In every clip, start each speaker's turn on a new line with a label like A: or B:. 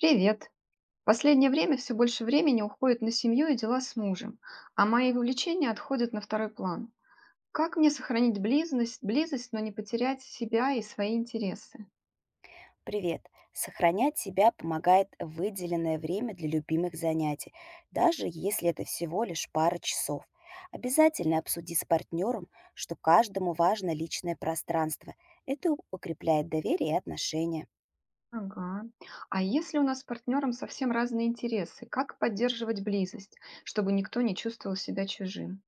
A: Привет. В последнее время все больше времени уходит на семью и дела с мужем, а мои увлечения отходят на второй план. Как мне сохранить близость, но не потерять себя и свои интересы?
B: Привет. Сохранять себя помогает выделенное время для любимых занятий, даже если это всего лишь пара часов. Обязательно обсуди с партнером, что каждому важно личное пространство. Это укрепляет доверие и отношения.
A: Ага. А если у нас с партнером совсем разные интересы, как поддерживать близость, чтобы никто не чувствовал себя чужим?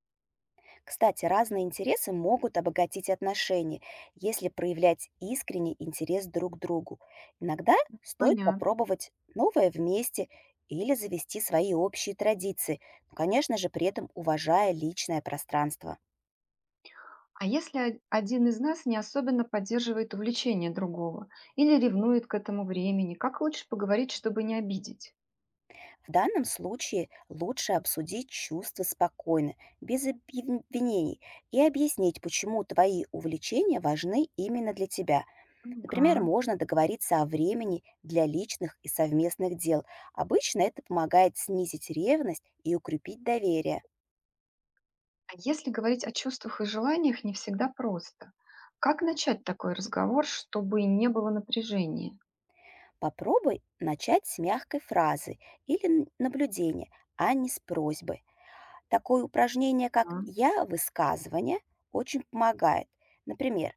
B: Кстати, разные интересы могут обогатить отношения, если проявлять искренний интерес друг к другу. Иногда стоит
A: Понятно.
B: попробовать новое вместе или завести свои общие традиции, но, конечно же, при этом уважая личное пространство.
A: А если один из нас не особенно поддерживает увлечение другого или ревнует к этому времени, как лучше поговорить, чтобы не обидеть?
B: В данном случае лучше обсудить чувства спокойно, без обвинений, и объяснить, почему твои увлечения важны именно для тебя.
A: Ага.
B: Например, можно договориться о времени для личных и совместных дел. Обычно это помогает снизить ревность и укрепить доверие.
A: А если говорить о чувствах и желаниях, не всегда просто. Как начать такой разговор, чтобы не было напряжения?
B: Попробуй начать с мягкой фразы или наблюдения, а не с просьбы. Такое упражнение, как
A: М.
B: «я» высказывание, очень помогает. Например,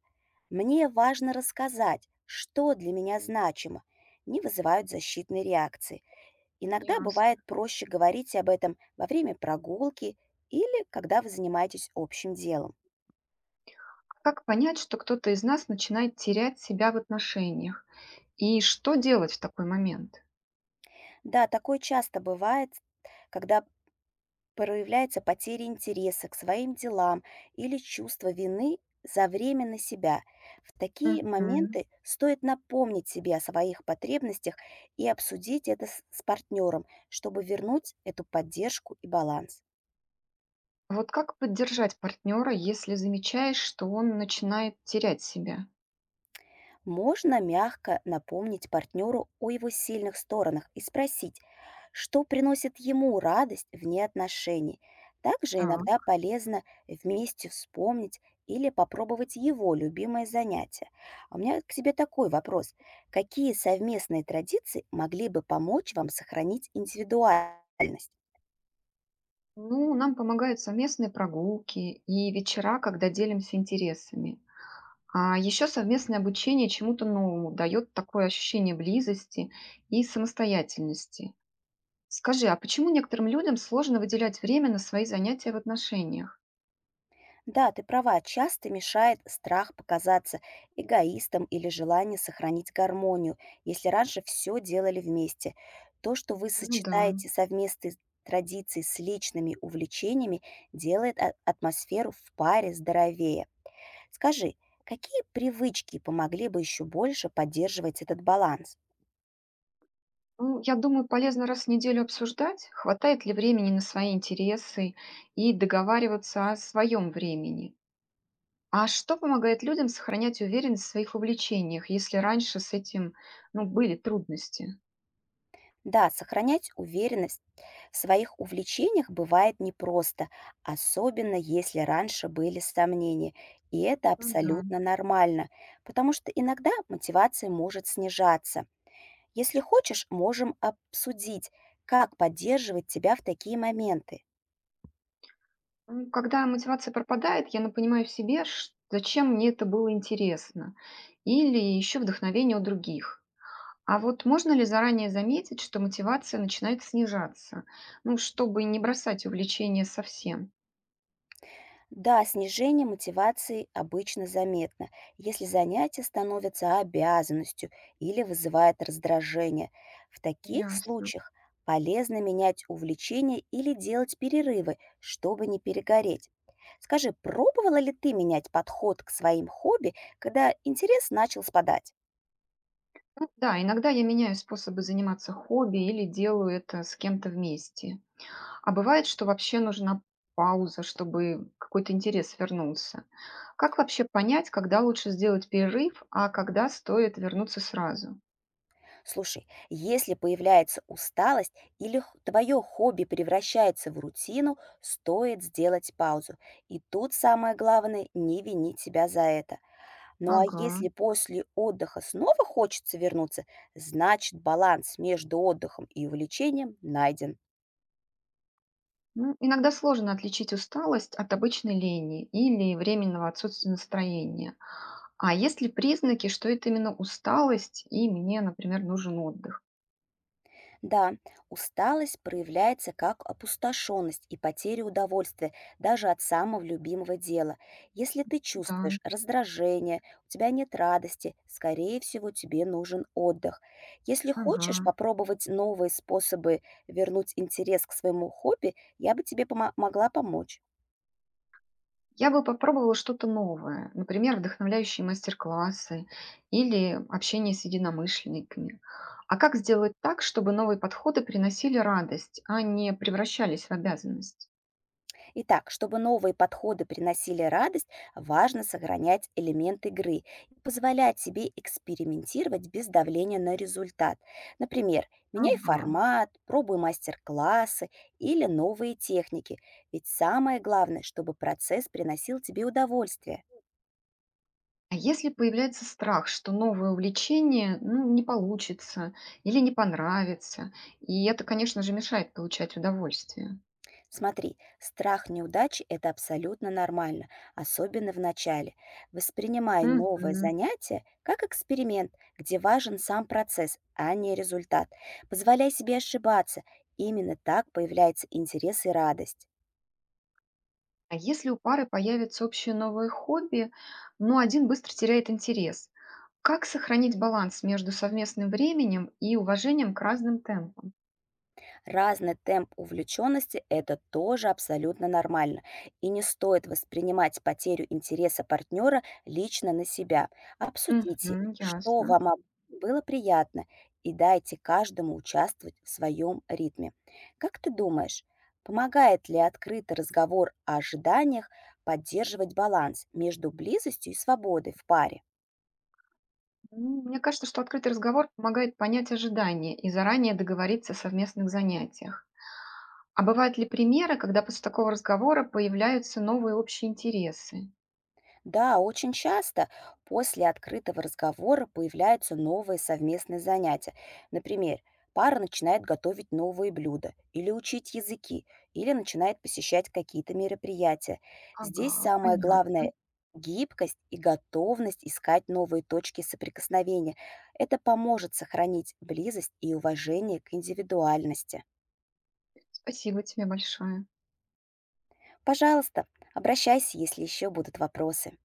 B: «мне важно рассказать, что для меня значимо», не вызывают защитной реакции. Иногда
A: Ясно.
B: бывает проще говорить об этом во время прогулки или когда вы занимаетесь общим делом.
A: А как понять, что кто-то из нас начинает терять себя в отношениях? И что делать в такой момент?
B: Да, такое часто бывает, когда проявляется потеря интереса к своим делам или чувство вины за время на себя. В такие
A: Мгм.
B: моменты стоит напомнить себе о своих потребностях и обсудить это с партнером, чтобы вернуть эту поддержку и баланс.
A: Вот как поддержать партнера, если замечаешь, что он начинает терять себя?
B: Можно мягко напомнить партнеру о его сильных сторонах и спросить, что приносит ему радость вне отношений. Также иногда
A: Так.
B: полезно вместе вспомнить или попробовать его любимое занятие. А у меня к тебе такой вопрос. Какие совместные традиции могли бы помочь вам сохранить индивидуальность?
A: Ну, нам помогают совместные прогулки и вечера, когда делимся интересами. А еще совместное обучение чему-то новому дает такое ощущение близости и самостоятельности. Скажи, а почему некоторым людям сложно выделять время на свои занятия в отношениях?
B: Да, ты права, часто мешает страх показаться эгоистом или желание сохранить гармонию, если раньше все делали вместе. То, что вы
A: Ну да.
B: сочетаете совместные традиции с личными увлечениями, делает атмосферу в паре здоровее. Скажи, какие привычки помогли бы еще больше поддерживать этот баланс?
A: Ну, я думаю, полезно раз в неделю обсуждать, хватает ли времени на свои интересы, и договариваться о своем времени. А что помогает людям сохранять уверенность в своих увлечениях, если раньше с этим, ну, были трудности?
B: Да, сохранять уверенность в своих увлечениях бывает непросто, особенно если раньше были сомнения. И это
A: Ну да.
B: абсолютно нормально, потому что иногда мотивация может снижаться. Если хочешь, можем обсудить, как поддерживать тебя в такие моменты.
A: Ну, когда мотивация пропадает, я напоминаю себе, зачем мне это было интересно, или еще вдохновение у других. А вот можно ли заранее заметить, что мотивация начинает снижаться, ну, чтобы не бросать увлечение совсем?
B: Да, снижение мотивации обычно заметно, если занятие становится обязанностью или вызывает раздражение. В таких
A: Ясно.
B: случаях полезно менять увлечение или делать перерывы, чтобы не перегореть. Скажи, пробовала ли ты менять подход к своим хобби, когда интерес начал спадать?
A: Ну да, иногда я меняю способы заниматься хобби или делаю это с кем-то вместе. А бывает, что вообще нужна пауза, чтобы какой-то интерес вернулся. Как вообще понять, когда лучше сделать перерыв, а когда стоит вернуться сразу?
B: Слушай, если появляется усталость или твое хобби превращается в рутину, стоит сделать паузу. И тут самое главное — не винить себя за это. Ну а
A: Ага.
B: если после отдыха снова хочется вернуться, значит баланс между отдыхом и увлечением найден.
A: Ну, иногда сложно отличить усталость от обычной лени или временного отсутствия настроения. А есть ли признаки, что это именно усталость, и мне, например, нужен отдых?
B: Да, усталость проявляется как опустошенность и потеря удовольствия даже от самого любимого дела. Если ты
A: Да,
B: чувствуешь раздражение, у тебя нет радости, скорее всего, тебе нужен отдых. Если
A: ага.
B: хочешь попробовать новые способы вернуть интерес к своему хобби, я бы тебе могла помочь.
A: Я бы попробовала что-то новое, например, вдохновляющие мастер-классы или общение с единомышленниками. А как сделать так, чтобы новые подходы приносили радость, а не превращались в обязанность?
B: Итак, чтобы новые подходы приносили радость, важно сохранять элемент игры и позволять себе экспериментировать без давления на результат. Например, меняй
A: Ага.
B: формат, пробуй мастер-классы или новые техники. Ведь самое главное, чтобы процесс приносил тебе удовольствие.
A: А если появляется страх, что новое увлечение, ну, не получится или не понравится, и это, конечно же, мешает получать удовольствие.
B: Смотри, страх неудачи — это абсолютно нормально, особенно в начале. Воспринимай новое
A: Мгм.
B: занятие как эксперимент, где важен сам процесс, а не результат. Позволяй себе ошибаться. Именно так появляется интерес и радость.
A: А если у пары появится общее новое хобби, но один быстро теряет интерес, как сохранить баланс между совместным временем и уважением к разным темпам?
B: Разный темп увлеченности — это тоже абсолютно нормально. И не стоит воспринимать потерю интереса партнера лично на себя. Обсудите,
A: Мгм,
B: что
A: ясно.
B: вам было приятно, и дайте каждому участвовать в своем ритме. Как ты думаешь, помогает ли открытый разговор о ожиданиях поддерживать баланс между близостью и свободой в паре?
A: Ну, мне кажется, что открытый разговор помогает понять ожидания и заранее договориться о совместных занятиях. А бывают ли примеры, когда после такого разговора появляются новые общие интересы?
B: Да, очень часто после открытого разговора появляются новые совместные занятия. Например, пара начинает готовить новые блюда или учить языки, или начинает посещать какие-то мероприятия. Здесь
A: Ага,
B: самое главное —
A: понятно.
B: гибкость и готовность искать новые точки соприкосновения. Это поможет сохранить близость и уважение к индивидуальности.
A: Спасибо тебе большое.
B: Пожалуйста, обращайся, если еще будут вопросы.